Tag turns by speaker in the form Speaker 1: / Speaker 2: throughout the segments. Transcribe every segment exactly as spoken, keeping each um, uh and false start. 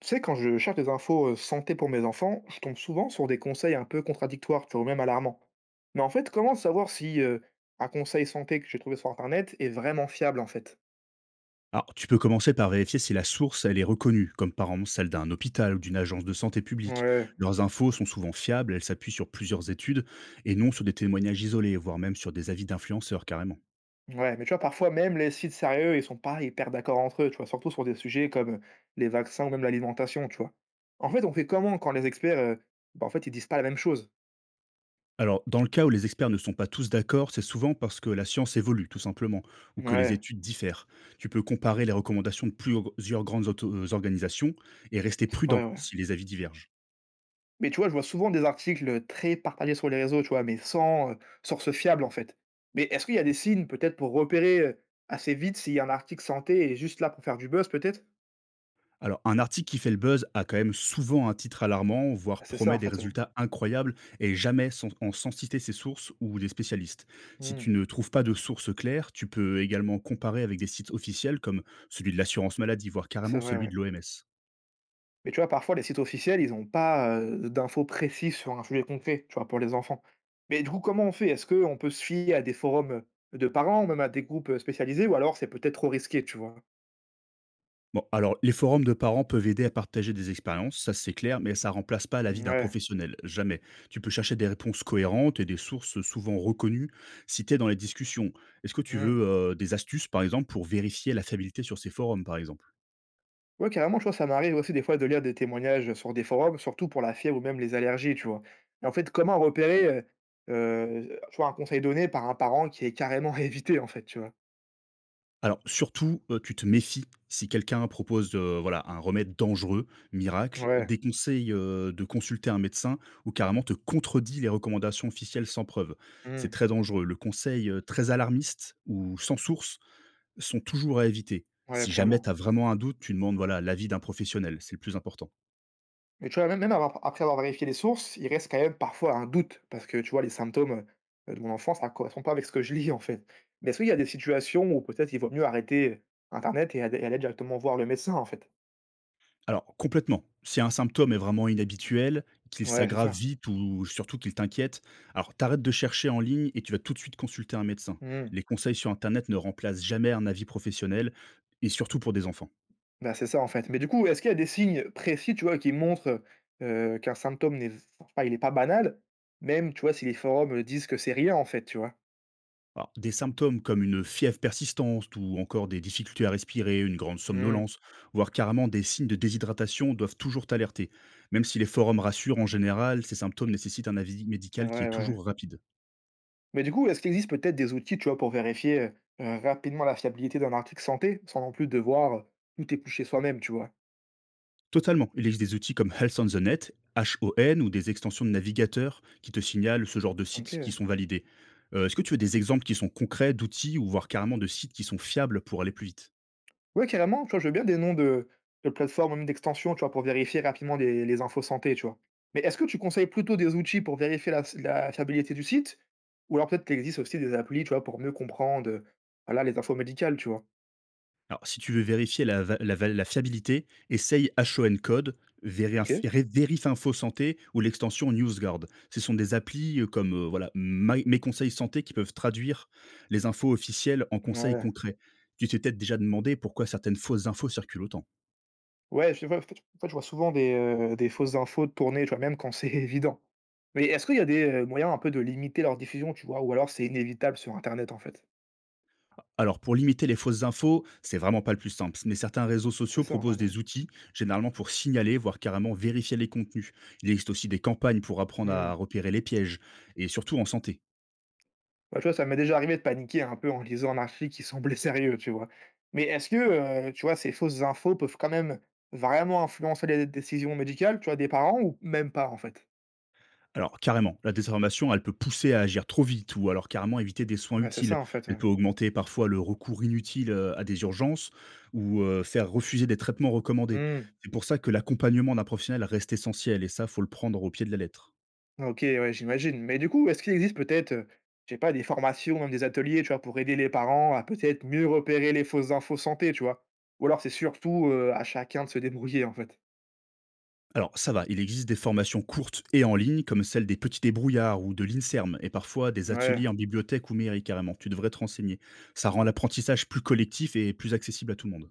Speaker 1: Tu sais, quand je cherche des infos euh, santé pour mes enfants, je tombe souvent sur des conseils un peu contradictoires, tu vois, ou même alarmants. Mais en fait, comment savoir si euh, un conseil santé que j'ai trouvé sur Internet est vraiment fiable, en fait?
Speaker 2: Alors, tu peux commencer par vérifier si la source, elle est reconnue, comme par exemple celle d'un hôpital ou d'une agence de santé publique.
Speaker 1: Ouais,
Speaker 2: Leurs infos sont souvent fiables, elles s'appuient sur plusieurs études et non sur des témoignages isolés, voire même sur des avis d'influenceurs carrément.
Speaker 1: ouais, mais tu vois, parfois même les sites sérieux, ils sont pas hyper d'accord entre eux, tu vois, surtout sur des sujets comme les vaccins ou même l'alimentation, tu vois. En fait, on fait comment quand les experts, euh, bah, en fait, ils disent pas la même chose?
Speaker 2: Alors, dans le cas où les experts ne sont pas tous d'accord, c'est souvent parce que la science évolue, tout simplement, ou que les
Speaker 1: Ouais,
Speaker 2: études diffèrent. Tu peux comparer les recommandations de plusieurs grandes auto- euh, organisations et rester
Speaker 1: c'est vrai,
Speaker 2: prudent
Speaker 1: ouais.
Speaker 2: si les avis divergent.
Speaker 1: Mais tu vois, je vois souvent des articles très partagés sur les réseaux, tu vois, mais sans, heu, source fiable, en fait. Mais est-ce qu'il y a des signes, peut-être, pour repérer, heu, assez vite si un article santé est juste là pour faire du buzz, peut-être?
Speaker 2: Alors, un article qui fait le buzz a quand même souvent un titre alarmant, voire
Speaker 1: Ah, c'est ça,
Speaker 2: promet
Speaker 1: en
Speaker 2: des
Speaker 1: fait, heu,
Speaker 2: résultats incroyables, et jamais sans, en- sans citer ses sources ou des spécialistes. Si
Speaker 1: mmh,
Speaker 2: tu ne trouves pas de source claire, tu peux également comparer avec des sites officiels comme celui de l'assurance maladie, voire
Speaker 1: c'est
Speaker 2: carrément
Speaker 1: vrai,
Speaker 2: celui de
Speaker 1: ouais.
Speaker 2: l'O M S.
Speaker 1: Mais tu vois, parfois, les sites officiels, ils n'ont pas, heu, d'infos précises sur un sujet concret, tu vois, pour les enfants. Mais du coup, comment on fait? Est-ce qu'on peut se fier à des forums, euh, de parents, même à des groupes, spécialisés ou alors c'est peut-être trop risqué, tu vois?
Speaker 2: Bon, alors les forums de parents peuvent aider à partager des expériences, ça c'est clair, mais ça remplace pas l'avis d'un
Speaker 1: Ouais.
Speaker 2: professionnel, jamais. Tu peux chercher des réponses cohérentes et des sources souvent reconnues citées dans les discussions. Est-ce que tu veux euh, des astuces, par exemple, pour vérifier la fiabilité sur ces forums, par exemple.
Speaker 1: Ouais, carrément, tu vois, ça m'arrive aussi des fois de lire des témoignages sur des forums, surtout pour la fièvre ou même les allergies, tu vois? Et en fait, comment repérer, heu heu, tu vois, un conseil donné par un parent qui est carrément à éviter, en fait, tu vois?
Speaker 2: Alors surtout, euh, tu te méfies si quelqu'un propose euh, voilà, un remède dangereux, miracle,
Speaker 1: Ouais,
Speaker 2: des conseils euh, de consulter un médecin ou carrément te contredit les recommandations officielles sans preuve. C'est
Speaker 1: mmh,
Speaker 2: très dangereux. Le conseil euh, très alarmiste ou sans source sont toujours à éviter.
Speaker 1: ouais,
Speaker 2: Si jamais tu
Speaker 1: clairement.
Speaker 2: as vraiment un doute, tu demandes voilà l'avis d'un professionnel, c'est le plus important.
Speaker 1: Mais tu vois, même même avoir après avoir vérifié les sources, il reste quand même parfois un doute parce que, tu vois, les symptômes, heu, de mon enfant, ça ne correspond pas avec ce que je lis, en fait. Mais est-ce qu'il y a des situations où peut-être il vaut mieux arrêter euh, internet et ad et aller directement voir le médecin, en fait?
Speaker 2: Alors complètement, si un symptôme est vraiment inhabituel, qu'il
Speaker 1: Ouais, c'est
Speaker 2: s'aggrave
Speaker 1: ça.
Speaker 2: vite ou surtout qu'il t'inquiète, alors t'arrêtes de chercher en ligne et tu vas tout de suite consulter un médecin.
Speaker 1: Mmh.
Speaker 2: Les conseils sur internet ne remplacent jamais un avis professionnel et surtout pour des enfants.
Speaker 1: Bah, c'est ça, en fait. Mais du coup, est-ce qu'il y a des signes précis, tu vois, qui montrent, heu, qu'un symptôme n'est pas il est pas banal, même, tu vois, si les forums, heu, disent que c'est rien, en fait, tu vois?
Speaker 2: Alors, des symptômes comme une fièvre persistante ou encore des difficultés à respirer, une grande
Speaker 1: Mmh,
Speaker 2: somnolence, voire carrément des signes de déshydratation doivent toujours t'alerter. Même si les forums rassurent en général, ces symptômes nécessitent un avis
Speaker 1: c'est
Speaker 2: médical qui est
Speaker 1: vrai, ouais.
Speaker 2: toujours rapide.
Speaker 1: Mais du coup, est-ce qu'il existe peut-être des outils, tu vois, pour vérifier, heu heu, rapidement la fiabilité d'un article santé, sans non plus devoir, heu, tout éplucher soi-même, tu vois?
Speaker 2: Totalement. Il existe des outils comme Health on the Net, HON, ou des extensions de navigateurs qui te signalent ce genre de sites qui
Speaker 1: OK.
Speaker 2: sont validés. Euh, Est-ce que tu veux des exemples qui sont concrets d'outils ou voire carrément de sites qui sont fiables pour aller plus vite.
Speaker 1: Ouais, carrément, tu vois, je veux bien des noms de de plateformes ou même d'extensions, tu vois, pour vérifier rapidement les les infos santé, tu vois. Mais est-ce que tu conseilles plutôt des outils pour vérifier la la fiabilité du site? Ou alors peut-être qu'il existe aussi des applis, tu vois, pour mieux comprendre, heu, voilà, les infos médicales, tu vois?
Speaker 2: Alors, si tu veux vérifier la, va- la va- la fiabilité, essaye HON Code, Vérif,
Speaker 1: OK.
Speaker 2: Vérif Info Santé ou l'extension NewsGuard. Ce sont des applis euh, comme euh, voilà, Ma- Mes Conseils Santé qui peuvent traduire les infos officielles en conseils
Speaker 1: Ouais.
Speaker 2: concrets. Tu t'es peut-être déjà demandé pourquoi certaines fausses infos circulent autant.
Speaker 1: Ouais, je vois en fait en fait, je vois souvent des, heu, des fausses infos tourner, tu vois, même quand c'est évident. Mais est-ce qu'il y a des, heu, moyens un peu de limiter leur diffusion, tu vois? Ou alors c'est inévitable sur internet, en fait?
Speaker 2: Alors, pour limiter les fausses infos, c'est vraiment pas le plus simple, mais certains réseaux
Speaker 1: C'est
Speaker 2: sociaux
Speaker 1: ça, en
Speaker 2: proposent
Speaker 1: fait,
Speaker 2: des
Speaker 1: hein.
Speaker 2: outils, généralement pour signaler, voire carrément vérifier les contenus. Il existe aussi des campagnes pour apprendre à
Speaker 1: Mmh.
Speaker 2: repérer les pièges, et surtout en santé.
Speaker 1: Bah, tu vois, ça m'est déjà arrivé de paniquer un peu en lisant un article qui semblait sérieux, tu vois? Mais est-ce que, heu, tu vois, ces fausses infos peuvent quand même vraiment influencer les décisions médicales, tu vois, des parents ou même pas, en fait?
Speaker 2: Alors carrément, la désinformation, elle peut pousser à agir trop vite ou alors carrément éviter des soins
Speaker 1: Ouais, c'est
Speaker 2: utiles.
Speaker 1: ça, en fait,
Speaker 2: Elle
Speaker 1: ouais.
Speaker 2: peut augmenter parfois le recours inutile euh, à des urgences ou euh, faire refuser des traitements recommandés.
Speaker 1: Mmh.
Speaker 2: C'est pour ça que l'accompagnement d'un professionnel reste essentiel et ça, faut le prendre au pied de la lettre.
Speaker 1: OK, ouais, j'imagine. Mais du coup, est-ce qu'il existe peut-être, heu, je sais pas, des formations, même des ateliers, tu vois, pour aider les parents à peut-être mieux repérer les fausses infos santé, tu vois? Ou alors c'est surtout, heu, à chacun de se débrouiller, en fait?
Speaker 2: Alors ça va, il existe des formations courtes et en ligne comme celle des petits débrouillards ou de l'INSERM et parfois des
Speaker 1: Ouais.
Speaker 2: ateliers en bibliothèque ou mairie carrément. Tu devrais te renseigner. Ça rend l'apprentissage plus collectif et plus accessible à tout le monde.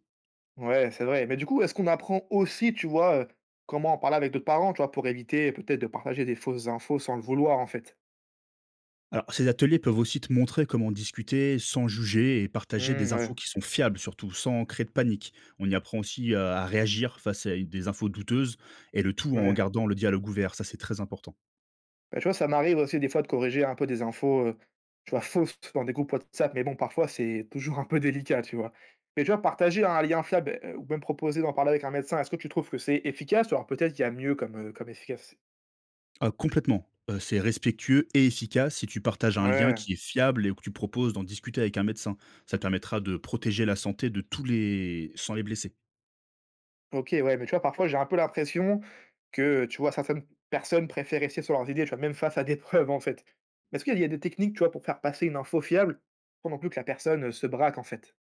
Speaker 1: Ouais, c'est vrai. Mais du coup, est-ce qu'on apprend aussi, tu vois, heu, comment en parler avec d'autres parents, tu vois, pour éviter peut-être de partager des fausses infos sans le vouloir, en fait?
Speaker 2: Alors, ces ateliers peuvent aussi te montrer comment discuter sans juger et partager
Speaker 1: Mmh,
Speaker 2: des
Speaker 1: ouais,
Speaker 2: infos qui sont fiables, surtout sans créer de panique. On y apprend aussi euh, à réagir face à des infos douteuses et le tout en
Speaker 1: ouais.
Speaker 2: gardant le dialogue ouvert. Ça, c'est très important.
Speaker 1: Bah, tu vois, ça m'arrive aussi des fois de corriger un peu des infos, heu, tu vois, fausses dans des groupes WhatsApp, mais bon, parfois, c'est toujours un peu délicat, tu vois? Mais tu vois, partager un lien fiable, heu, ou même proposer d'en parler avec un médecin, est-ce que tu trouves que c'est efficace? Ou alors peut-être qu'il y a mieux comme, heu, comme efficace?
Speaker 2: Euh, complètement. Euh, c'est respectueux et efficace si tu partages un lien
Speaker 1: Ouais.
Speaker 2: qui est fiable et que tu proposes d'en discuter avec un médecin. Ça te permettra de protéger la santé de tous les sans les blesser.
Speaker 1: OK, ouais, mais tu vois, parfois, j'ai un peu l'impression que, tu vois, certaines personnes préfèrent rester sur leurs idées, tu vois, même face à des preuves, en fait. Mais est-ce qu'il y a il y a des techniques, tu vois, pour faire passer une info fiable, sans non plus que la personne, heu, se braque, en fait?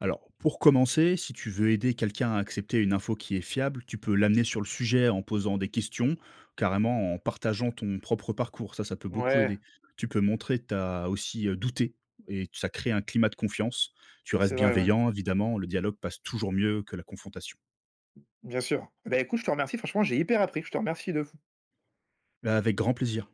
Speaker 2: Alors, pour commencer, si tu veux aider quelqu'un à accepter une info qui est fiable, tu peux l'amener sur le sujet en posant des questions, carrément en partageant ton propre parcours. Ça, ça peut beaucoup
Speaker 1: Ouais,
Speaker 2: aider. Tu peux montrer que tu as aussi euh, douté et ça crée un climat de confiance. Tu restes
Speaker 1: c'est vrai, ouais,
Speaker 2: bienveillant, évidemment. Le dialogue passe toujours mieux que la confrontation.
Speaker 1: bien sûr. Bah, écoute, je te remercie, franchement, j'ai hyper appris, je te remercie de f
Speaker 2: Avec grand plaisir.